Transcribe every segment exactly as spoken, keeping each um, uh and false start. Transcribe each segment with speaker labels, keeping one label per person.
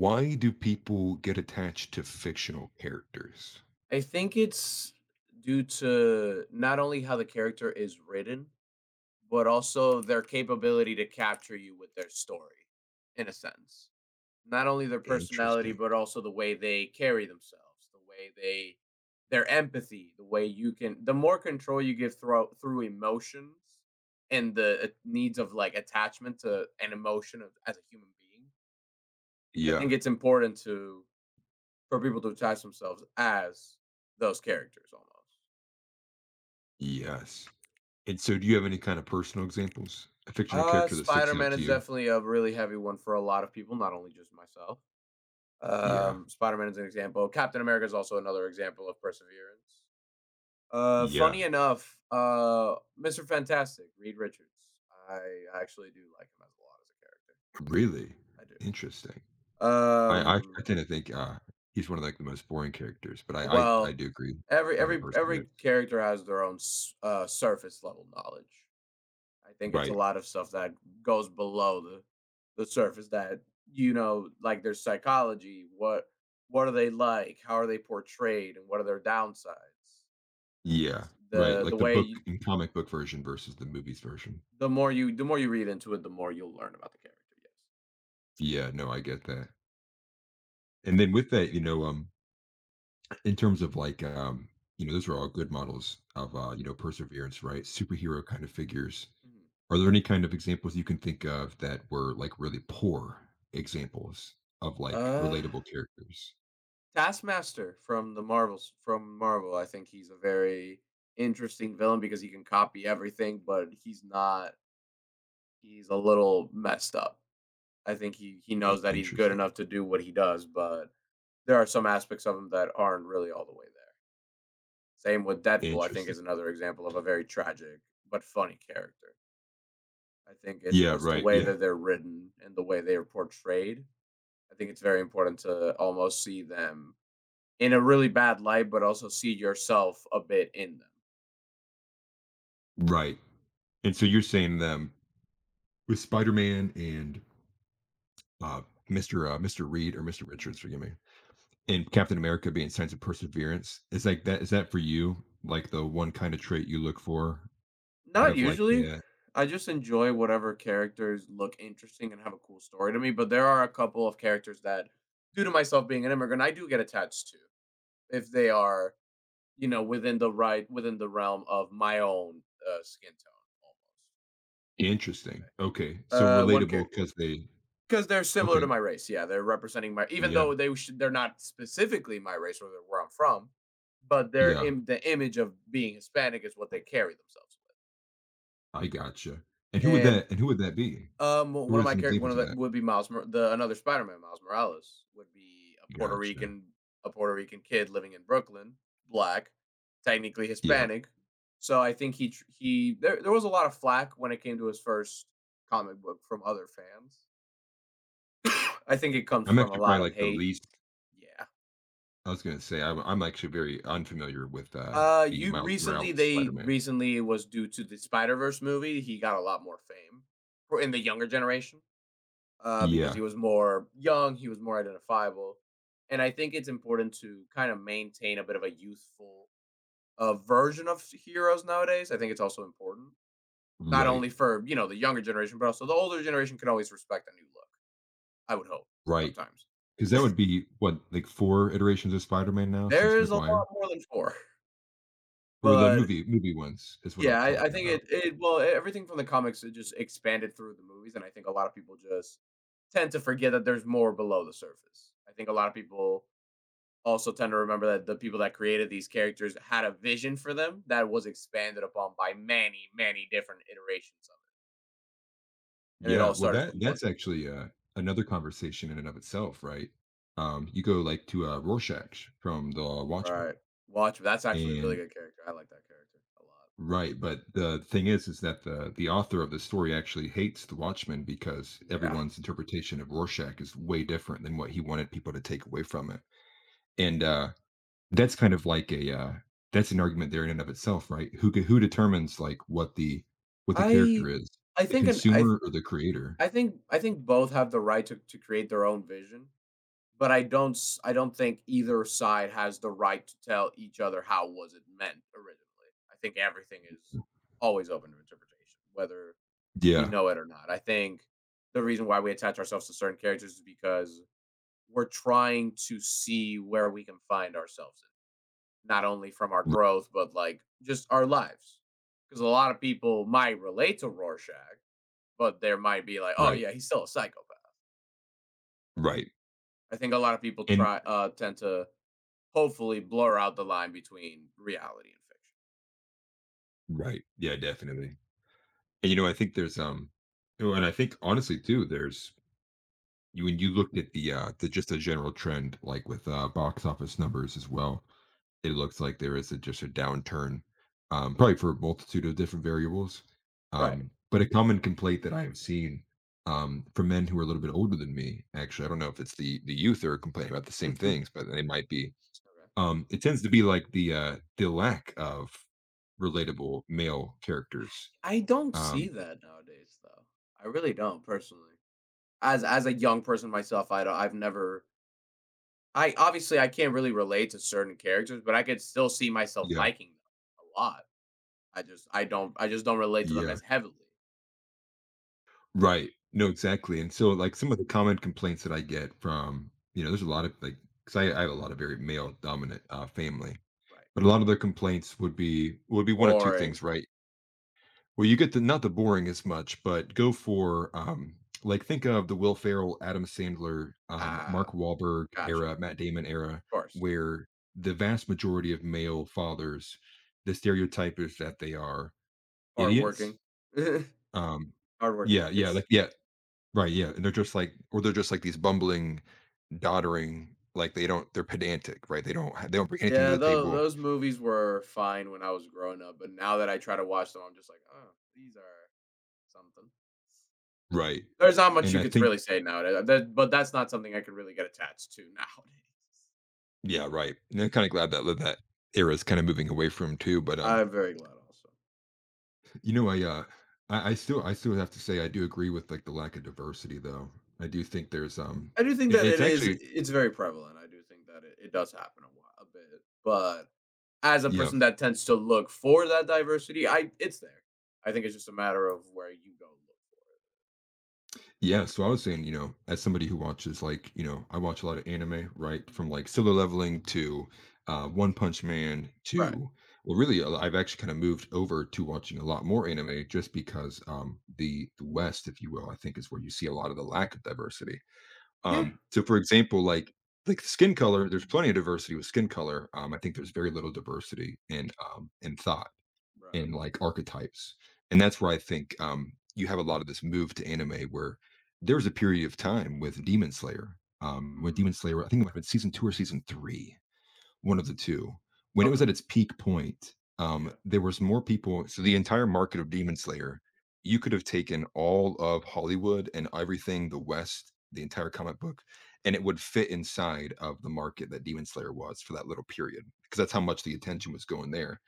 Speaker 1: Why do people get attached to fictional characters?
Speaker 2: I think it's due to not only how the character is written, but also their capability to capture you with their story, in a sense. Not only their personality,
Speaker 1: Interesting.
Speaker 2: but also the way they carry themselves, the way they, their empathy, the way you can, the more control you give through through emotions and the uh, needs of like attachment to an emotion of, as a human being. I think
Speaker 1: Yeah.
Speaker 2: it's important to for people to attach themselves as those characters almost.
Speaker 1: Yes. And so do you have any kind of personal examples? A fictional
Speaker 2: Uh,
Speaker 1: character that sticks out
Speaker 2: Spider-Man
Speaker 1: to
Speaker 2: is
Speaker 1: you?
Speaker 2: definitely a really heavy one for a lot of people, not only just myself.
Speaker 1: Yeah.
Speaker 2: Um, Spider-Man is an example. Captain America is also another example of perseverance. Uh, funny
Speaker 1: Yeah.
Speaker 2: enough, uh, Mister Fantastic, Reed Richards. I actually do like him as a lot as
Speaker 1: Really?
Speaker 2: a character.
Speaker 1: Interesting.
Speaker 2: I do.
Speaker 1: I I,
Speaker 2: Um,
Speaker 1: I tend to think uh he's one of like the most boring characters, but I I, I
Speaker 2: well,
Speaker 1: do agree.
Speaker 2: every
Speaker 1: Kind of
Speaker 2: every every
Speaker 1: perseverance.
Speaker 2: character has their own s- uh, surface level knowledge. I think it's a
Speaker 1: Right.
Speaker 2: lot of stuff that goes below the the surface that you know, like their psychology, what what are they like, how are they portrayed, and what are their downsides. I think
Speaker 1: Yeah.
Speaker 2: it's
Speaker 1: Right.
Speaker 2: the the
Speaker 1: Like the
Speaker 2: way
Speaker 1: book
Speaker 2: you,
Speaker 1: and comic book version versus the movies version.
Speaker 2: the more you the more you read into it, the more you'll learn about the character.
Speaker 1: Yeah, no, I get that. And then with that, you know, um in terms of like um you know those are all good models of uh you know perseverance, right? Superhero kind of figures,
Speaker 2: Yes. Mhm.
Speaker 1: are there any kind of examples you can think of that were like really poor examples of like
Speaker 2: Uh,
Speaker 1: relatable characters?
Speaker 2: Taskmaster from the Marvels from Marvel. I think he's a very interesting villain because he can copy everything, but he's not. He's a little messed up. I think he he
Speaker 1: I-
Speaker 2: knows that he's good
Speaker 1: interesting,
Speaker 2: enough to do what he does, but there are some aspects of him that aren't really all the way there. Same with Deadpool, I think
Speaker 1: interesting.
Speaker 2: is another example of a very tragic but funny character. I think it's
Speaker 1: Yeah,
Speaker 2: just the
Speaker 1: right,
Speaker 2: way
Speaker 1: yeah.
Speaker 2: that they're written and the way they are portrayed. I think it's very important to almost see them in a really bad light, but also see yourself a bit in them.
Speaker 1: Right, and so you're saying them with Spider-Man and uh mr uh Mr. Reed, or Mr. Richards, forgive me, and Captain America being signs of perseverance. Is, like, that, is that for you, like the one kind of trait you look for out
Speaker 2: Not
Speaker 1: of like
Speaker 2: usually.
Speaker 1: the.
Speaker 2: I just enjoy whatever characters look interesting and have a cool story to me, but there are a couple of characters that, due to myself being an immigrant, I do get attached to if they are, you know, within the right within the realm of my own uh, skin tone, almost. I guess you could say.
Speaker 1: Interesting. Okay, so
Speaker 2: Uh, one
Speaker 1: relatable
Speaker 2: character
Speaker 1: because they.
Speaker 2: because they're similar to
Speaker 1: Okay,
Speaker 2: my race. Yeah, they're representing my, even
Speaker 1: yeah,
Speaker 2: though they should, they're not specifically my race or where I'm from, but they're
Speaker 1: yeah,
Speaker 2: in the image of being Hispanic is what they carry themselves
Speaker 1: I gotcha. And
Speaker 2: with,
Speaker 1: who would
Speaker 2: and
Speaker 1: that and who would that be?
Speaker 2: Um, well, one
Speaker 1: Who
Speaker 2: of
Speaker 1: are
Speaker 2: my
Speaker 1: some
Speaker 2: character, one
Speaker 1: examples
Speaker 2: of
Speaker 1: of
Speaker 2: that
Speaker 1: that?
Speaker 2: would be Miles, Mor- the another Spider-Man, Miles Morales, would be a Puerto
Speaker 1: Gotcha.
Speaker 2: Rican, a Puerto Rican kid living in Brooklyn, black, technically
Speaker 1: Yeah,
Speaker 2: Hispanic. So I think he tr- he there there was a lot of flack when it came to his first comic book from other fans. I think it comes
Speaker 1: I'm
Speaker 2: from a
Speaker 1: actually
Speaker 2: lot
Speaker 1: probably,
Speaker 2: of
Speaker 1: like, the
Speaker 2: hate.
Speaker 1: least.
Speaker 2: Yeah.
Speaker 1: I was gonna say, I'm I'm actually very unfamiliar with, uh,
Speaker 2: Uh,
Speaker 1: the
Speaker 2: you
Speaker 1: Miles Morales
Speaker 2: recently they
Speaker 1: Spider-Man.
Speaker 2: recently it was due to the Spider Verse movie. He got a lot more fame for in the younger generation. uh, because he
Speaker 1: Yeah,
Speaker 2: was more young, he was more identifiable. And I think it's important to kind of maintain a bit of a youthful uh, version of heroes nowadays. I think it's also important, not
Speaker 1: right,
Speaker 2: only for, you know, the younger generation, but also the older generation can always respect a new look. I would hope
Speaker 1: right.
Speaker 2: sometimes.
Speaker 1: Because that would be, what, like, four iterations of Spider-Man now since
Speaker 2: There is a
Speaker 1: McGuire.
Speaker 2: lot more than four,
Speaker 1: Or the
Speaker 2: but
Speaker 1: movie movie ones is what I'm
Speaker 2: yeah, I, I
Speaker 1: talking
Speaker 2: think
Speaker 1: about.
Speaker 2: it, it, well, e, everything from the comics, it just expanded through the movies. And I think a lot of people just tend to forget that there's more below the surface. I think a lot of people also tend to remember that the people that created these characters had a vision for them that was expanded upon by many, many different iterations of it. And it
Speaker 1: Yeah,
Speaker 2: all
Speaker 1: well,
Speaker 2: started
Speaker 1: that
Speaker 2: from one
Speaker 1: that's
Speaker 2: single
Speaker 1: actually, uh, another conversation in and of itself, right? Um, you go, like, to, uh, Rorschach from The Watchmen,
Speaker 2: Right. Watch that's actually a really
Speaker 1: and.
Speaker 2: good character. I like that character a lot.
Speaker 1: Right, but the thing is is that the the author of the story actually hates The Watchmen because
Speaker 2: Yeah.
Speaker 1: everyone's interpretation of Rorschach is way different than what he wanted people to take away from it, and, uh, that's kind of like a, uh that's an argument there in and of itself, right? Who c
Speaker 2: Mhm.
Speaker 1: who determines, like, what the what the
Speaker 2: I
Speaker 1: character is?
Speaker 2: I
Speaker 1: The
Speaker 2: think an I th-
Speaker 1: consumer or the creator?
Speaker 2: I think I think both have the right to to create their own vision. But I don't s I don't think either side has the right to tell each other how was it meant originally. I think everything is always open to interpretation, whether we
Speaker 1: Yeah.
Speaker 2: know it or not. I think the reason why we attach ourselves to certain characters is because we're trying to see where we can find ourselves in, not only from our
Speaker 1: R
Speaker 2: growth, but like just our lives. Because a lot of people might relate to Rorschach, but there might be like, oh
Speaker 1: right,
Speaker 2: yeah, he's still a psychopath.
Speaker 1: right.
Speaker 2: I think a lot of people
Speaker 1: And
Speaker 2: try uh tend to hopefully blur out the line between reality and fiction.
Speaker 1: right, yeah, definitely. And, you know, I think there's, um, you know, and I think honestly too, there's you when you looked at the, uh, the just a general trend, like with, uh, box office numbers as well, it looks like there is a, just a downturn, um, probably for a multitude of different variables.
Speaker 2: Right.
Speaker 1: Um, but a common complaint that I have seen, um, from men who are a little bit older than me, actually, I don't know if it's the the youth are complaining about the same
Speaker 2: Mhm.
Speaker 1: things, but they might be.
Speaker 2: Okay.
Speaker 1: Um, it tends to be like the, uh, the lack of relatable male characters.
Speaker 2: I don't see
Speaker 1: Um,
Speaker 2: that nowadays though. I really don't personally. As as a young person myself, I don't I've never I obviously I can't really relate to certain characters, but I could still see myself
Speaker 1: yeah,
Speaker 2: liking them a lot. I just I don't I just don't relate to them
Speaker 1: yeah,
Speaker 2: as heavily.
Speaker 1: right. No, exactly, and so, like, some of the common complaints that I get from, you know, there's a lot of, like, cause I I have a lot of very male-dominant, uh, family,
Speaker 2: Right.
Speaker 1: but a lot of their complaints would be would be one of two
Speaker 2: Boring.
Speaker 1: things, right? Well, you get the not the boring as much, but go for, um, like, think of the Will Ferrell, Adam Sandler, um, Mark
Speaker 2: Ah,
Speaker 1: Wahlberg
Speaker 2: gotcha.
Speaker 1: era,
Speaker 2: Of
Speaker 1: Matt Damon era,
Speaker 2: course.
Speaker 1: where the vast majority of male fathers, the stereotype is that they are idiots.
Speaker 2: Hardworking.
Speaker 1: Um,
Speaker 2: Hardworking
Speaker 1: yeah, yeah,
Speaker 2: idiots.
Speaker 1: like, yeah, right, yeah, and they're just like or they're just like these bumbling, doddering, like they don't they're pedantic, right? They don't ha they don't bring anything to
Speaker 2: Yeah,
Speaker 1: the
Speaker 2: tho
Speaker 1: table.
Speaker 2: those movies were fine when I was growing up, but now that I try to watch them, I'm just like, "Oh, these are something."
Speaker 1: Right,
Speaker 2: There's not much
Speaker 1: and
Speaker 2: you
Speaker 1: I
Speaker 2: could
Speaker 1: think.
Speaker 2: really say nowadays, uh, that but that's not something I could really get attached to nowadays.
Speaker 1: Yeah, right, and I'm kinda glad that that era is kinda moving away from 'em too, but, um,
Speaker 2: I'm very glad also.
Speaker 1: you know, I, uh, I I still I still have to say I do agree with, like, the lack of diversity, though. I do think there's, um,
Speaker 2: I do think
Speaker 1: I
Speaker 2: that it
Speaker 1: it's
Speaker 2: is
Speaker 1: actually.
Speaker 2: it's very prevalent, I do think that it it does happen a lot a bit, but as a
Speaker 1: Yeah.
Speaker 2: person that tends to look for that diversity, I it's there. I think it's just a matter of where you go look.
Speaker 1: Yeah, so I was saying, you know, as somebody who watches like, you know, I watch a lot of anime, right?
Speaker 2: Mhm.
Speaker 1: From like Solo Leveling to uh, One Punch Man
Speaker 2: Right.
Speaker 1: to, well, really, uh, I've actually kind of moved over to watching a lot more anime just because um, the the West, if you will, I think is where you see a lot of the lack of diversity.
Speaker 2: Yeah.
Speaker 1: Um, so, for example, like like skin color, there's plenty of diversity with skin color. Um, I think there's very little diversity in, um, in thought
Speaker 2: Right.
Speaker 1: and like archetypes. And that's where I think, um, you have a lot of this move to anime where there was a period of time with Demon Slayer, um, when Demon
Speaker 2: Mm,
Speaker 1: Slayer, I think it might have been season two or season three, one of the two, when it
Speaker 2: okay.
Speaker 1: was at its peak point. Um,
Speaker 2: Yeah.
Speaker 1: there was more people. So the entire market of Demon Slayer, you could have taken all of Hollywood and everything, the West, the entire comic book, and it would fit inside of the market that Demon Slayer was for that little period, because that's how much the attention was going there.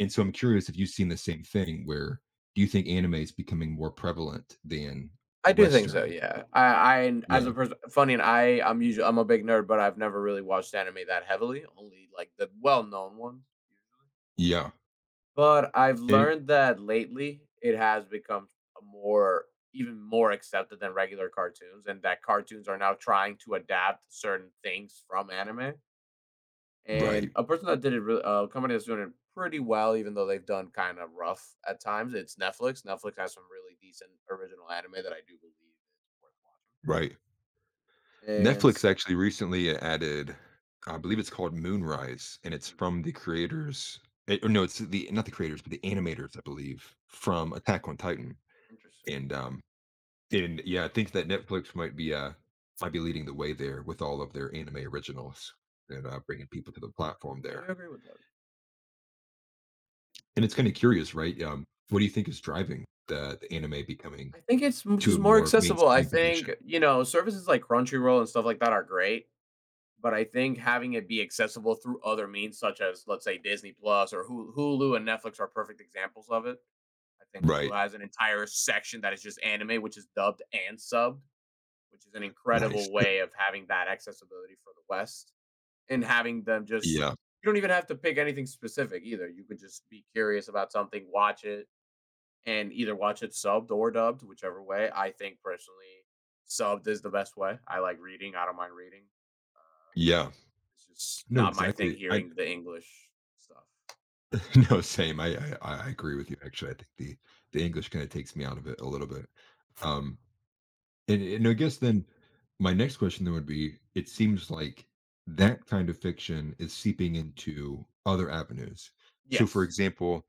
Speaker 1: And so I'm curious, if you've seen the same thing, where do you think anime is becoming more prevalent than
Speaker 2: I do think so,
Speaker 1: Western?
Speaker 2: yeah. I I as
Speaker 1: Yeah.
Speaker 2: a person funny and I I'm usually I'm a big nerd, but I've never really watched anime that heavily, only like the well-known ones.
Speaker 1: Yeah.
Speaker 2: But I've
Speaker 1: It
Speaker 2: learned that lately it has become a more even more accepted than regular cartoons, and that cartoons are now trying to adapt certain things from anime. And
Speaker 1: Right.
Speaker 2: a person that did it really a company that's doing it pretty well, even though they've done kind of rough at times, it's Netflix. Netflix has some really decent original anime that I do believe is worth
Speaker 1: Right.
Speaker 2: watching. And
Speaker 1: Netflix actually recently
Speaker 2: Mhm,
Speaker 1: added, I believe it's called Moonrise, and it's
Speaker 2: mm,
Speaker 1: from the creators. Eh, or no, it's the not the creators, but the animators, I believe, from Attack on Titan.
Speaker 2: interesting.
Speaker 1: And um and yeah, I think that Netflix might be, uh might be leading the way there with all of their anime originals and, uh, bringing people to the platform
Speaker 2: I do
Speaker 1: there.
Speaker 2: agree with that.
Speaker 1: And it's kinda curious, right? Um, what do you think is driving the the anime becoming
Speaker 2: I think it's m
Speaker 1: to a
Speaker 2: just more
Speaker 1: more
Speaker 2: accessible. I
Speaker 1: mainstream
Speaker 2: think,
Speaker 1: position?
Speaker 2: you know, services like Crunchyroll and stuff like that are great, but I think having it be accessible through other means such as, let's say, Disney Plus or Hul Hulu and Netflix are perfect examples of it. I think Hulu
Speaker 1: Right.
Speaker 2: has an entire section that is just anime, which is dubbed and subbed, which is an
Speaker 1: Nice.
Speaker 2: incredible way of having that accessibility for the West and having them just
Speaker 1: Yeah.
Speaker 2: you don't even have to pick anything specific either. You could just be curious about something, watch it, and either watch it subbed or dubbed, whichever way. I think personally, subbed is the best way. I like reading. I don't mind reading.
Speaker 1: Yeah.
Speaker 2: It's just
Speaker 1: No,
Speaker 2: not my thing
Speaker 1: exactly. I.
Speaker 2: hearing the English stuff.
Speaker 1: No, same. I I I I agree with you, actually. I think the the English kinda takes me out of it a little bit. Um, and and I guess then my next question then would be, it seems like that kind of fiction is seeping into other avenues. So, for
Speaker 2: Yes.
Speaker 1: example,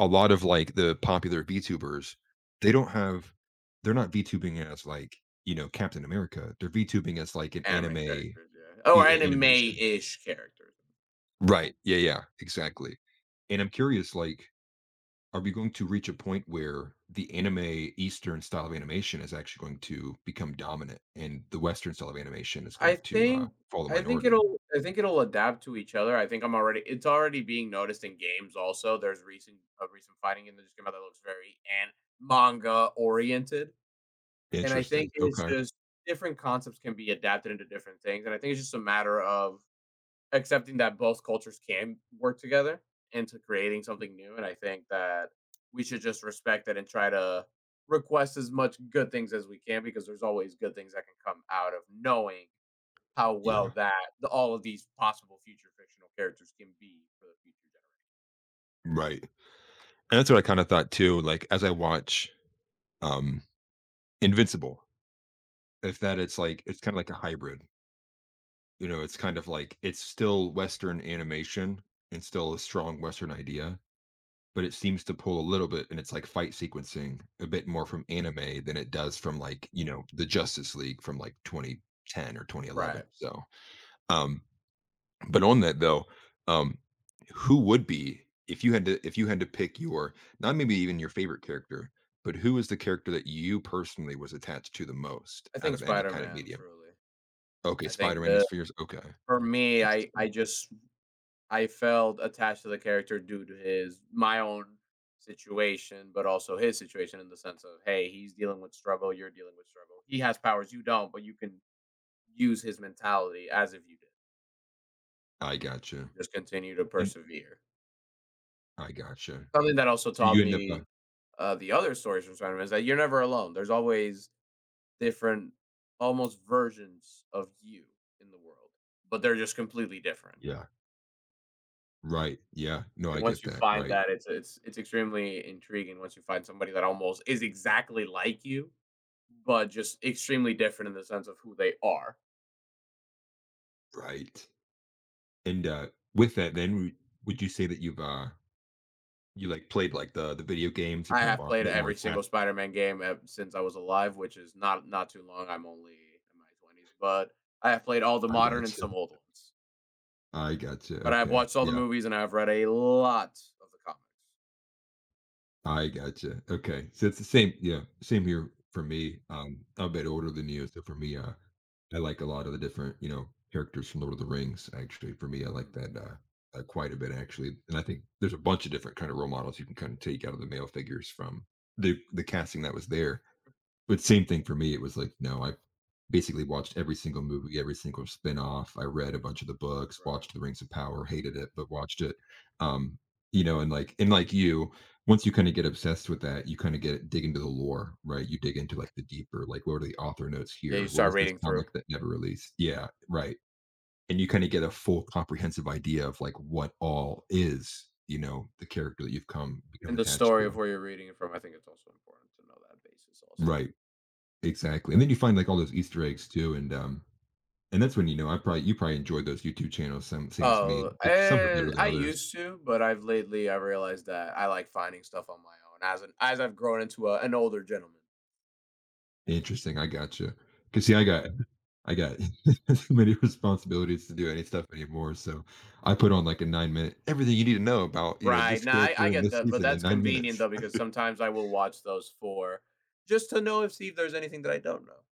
Speaker 1: a lot of like the popular VTubers, they don't
Speaker 2: Mm,
Speaker 1: have they're not VTubing as like, you know, Captain America. They're VTubing as like an
Speaker 2: anime
Speaker 1: anime i-
Speaker 2: characters, yeah. Oh, or
Speaker 1: a- animation.
Speaker 2: anime-ish characters.
Speaker 1: Right. Yeah, yeah, exactly. And I'm curious, like, are we going to reach a point where the anime Eastern style of animation is actually going to become dominant and the Western style of animation is
Speaker 2: I
Speaker 1: going to, uh,
Speaker 2: think
Speaker 1: fall the
Speaker 2: I think
Speaker 1: minority?
Speaker 2: it'll I think it'll adapt to each other. I think I'm already it's already being noticed in games also. There's recent a recent fighting in the game that looks very and manga oriented. And I
Speaker 1: Interesting.
Speaker 2: think it's
Speaker 1: Okay.
Speaker 2: just different concepts can be adapted into different things, and I think it's just a matter of accepting that both cultures can work together into creating something new, and I think that we should just respect that and try to request as much good things as we can because there's always good things that can come out of knowing how well
Speaker 1: Yeah.
Speaker 2: that the all of these possible future fictional characters can be for the future
Speaker 1: Right. And that's what I kind of thought too. Like, as I watch, um Invincible, if that. it's like it's kinda like a hybrid, you know, it's kind of like it's still Western animation and still a strong Western idea, but it seems to pull a little bit and it's like fight sequencing a bit more from anime than it does from like, you know, the Justice League from like twenty ten or
Speaker 2: generation.
Speaker 1: twenty eleven
Speaker 2: Right.
Speaker 1: or so. Um, but on that though, um, who would be, if you had to if you had to pick your not maybe even your favorite character, but who is the character that you personally was attached to the most
Speaker 2: I
Speaker 1: out
Speaker 2: think
Speaker 1: of any kind of
Speaker 2: Spider-Man,
Speaker 1: medium?
Speaker 2: truly.
Speaker 1: Okay,
Speaker 2: I think
Speaker 1: Spider-Man
Speaker 2: that
Speaker 1: is fierce, okay,
Speaker 2: for me, I I
Speaker 1: interesting.
Speaker 2: just I felt attached to the character due to his my own situation, but also his situation in the sense of, hey, he's dealing with struggle, you're dealing with struggle. He has powers you don't, but you can use his mentality as if you did.
Speaker 1: I gotcha,
Speaker 2: Just continue to
Speaker 1: and
Speaker 2: persevere.
Speaker 1: I gotcha.
Speaker 2: Something that also
Speaker 1: So
Speaker 2: taught
Speaker 1: you end up, uh
Speaker 2: me uh, the other stories from Spider-Man is that you're never alone. There's always different, almost versions of you in the world, but they're just completely different.
Speaker 1: yeah, right, yeah, no,
Speaker 2: And
Speaker 1: I get
Speaker 2: once you
Speaker 1: that,
Speaker 2: find
Speaker 1: right,
Speaker 2: that, it's it's it's extremely intriguing once you find somebody that almost is exactly like you, but just extremely different in the sense of who they are.
Speaker 1: right, and, uh, with that then, would would you say that you've, uh, you, like, played, like, the the video games, you're
Speaker 2: I
Speaker 1: probably
Speaker 2: have
Speaker 1: more a
Speaker 2: played
Speaker 1: bit more
Speaker 2: every single
Speaker 1: attached.
Speaker 2: Spider-Man game ev- since I was alive, which is not not too long. I'm only in my twenties, but I have played all the
Speaker 1: I
Speaker 2: modern and
Speaker 1: gotcha,
Speaker 2: some old ones.
Speaker 1: I gotcha,
Speaker 2: But I've
Speaker 1: okay,
Speaker 2: watched all the
Speaker 1: yeah.
Speaker 2: movies and I've read a lot of the comics.
Speaker 1: I gotcha. Okay. So it's the same. Yeah, same here for me. Um, I'm a bit older than you, so for me, uh, I like a lot of the different, you know, characters from Lord of the Rings. Actually, for me, I like
Speaker 2: Mm,
Speaker 1: that, uh, uh, quite a bit actually, and I think there's a bunch of different kind of role models you can kind of take out of the male figures from the the casting that was there. But same thing for me, it was like, no, I basically watched every single movie, every single spin-off. I read a bunch of the books,
Speaker 2: right.
Speaker 1: watched The Rings of Power, hated it, but watched it. Um, you know, and like and like you, once you kind of get obsessed with that, you kind of get dig into the lore, right? You dig into like the deeper, like what are the author notes
Speaker 2: Yeah, you
Speaker 1: here? What
Speaker 2: start
Speaker 1: was this
Speaker 2: reading through.
Speaker 1: comic that never released? Yeah, right. And you kind of get a full comprehensive idea of like what all is, you know, the character that you've come become
Speaker 2: And the
Speaker 1: attached
Speaker 2: story
Speaker 1: to.
Speaker 2: of where you're reading it from, I think it's also important to know that basis also.
Speaker 1: Right. Exactly. And then you find like all those Easter eggs too. And um and that's when you know I probably you probably enjoyed those YouTube channels, same same as me,
Speaker 2: Oh,
Speaker 1: but some are
Speaker 2: eh,
Speaker 1: better than
Speaker 2: I
Speaker 1: others.
Speaker 2: used to, but I've lately I realized that I like finding stuff on my own as an as I've grown into a, an older gentleman.
Speaker 1: Interesting, I got you because, see, I got I got so many responsibilities to do any stuff anymore, so I put on, like, a nine minute everything you need to know about, you know,
Speaker 2: Right.
Speaker 1: this
Speaker 2: Now I,
Speaker 1: character
Speaker 2: I
Speaker 1: in
Speaker 2: get
Speaker 1: this
Speaker 2: that, but
Speaker 1: season in
Speaker 2: that's
Speaker 1: nine
Speaker 2: convenient
Speaker 1: minutes.
Speaker 2: though because sometimes I will watch those for just to know if see if there's anything that I don't know.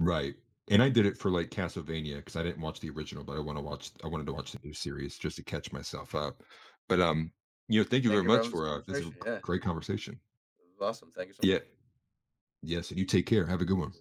Speaker 1: Right, and I did it for, like, Castlevania because I didn't watch the original, but I wanna watch I wanted to watch the new series just to catch myself up. But, um, you know, thank you
Speaker 2: Thank
Speaker 1: very
Speaker 2: you for
Speaker 1: much
Speaker 2: having this
Speaker 1: for, uh, this is a
Speaker 2: conversation. Yeah, it
Speaker 1: great conversation.
Speaker 2: was awesome. Thank you so
Speaker 1: Yeah.
Speaker 2: much.
Speaker 1: Yes, and you take care. Have a good one.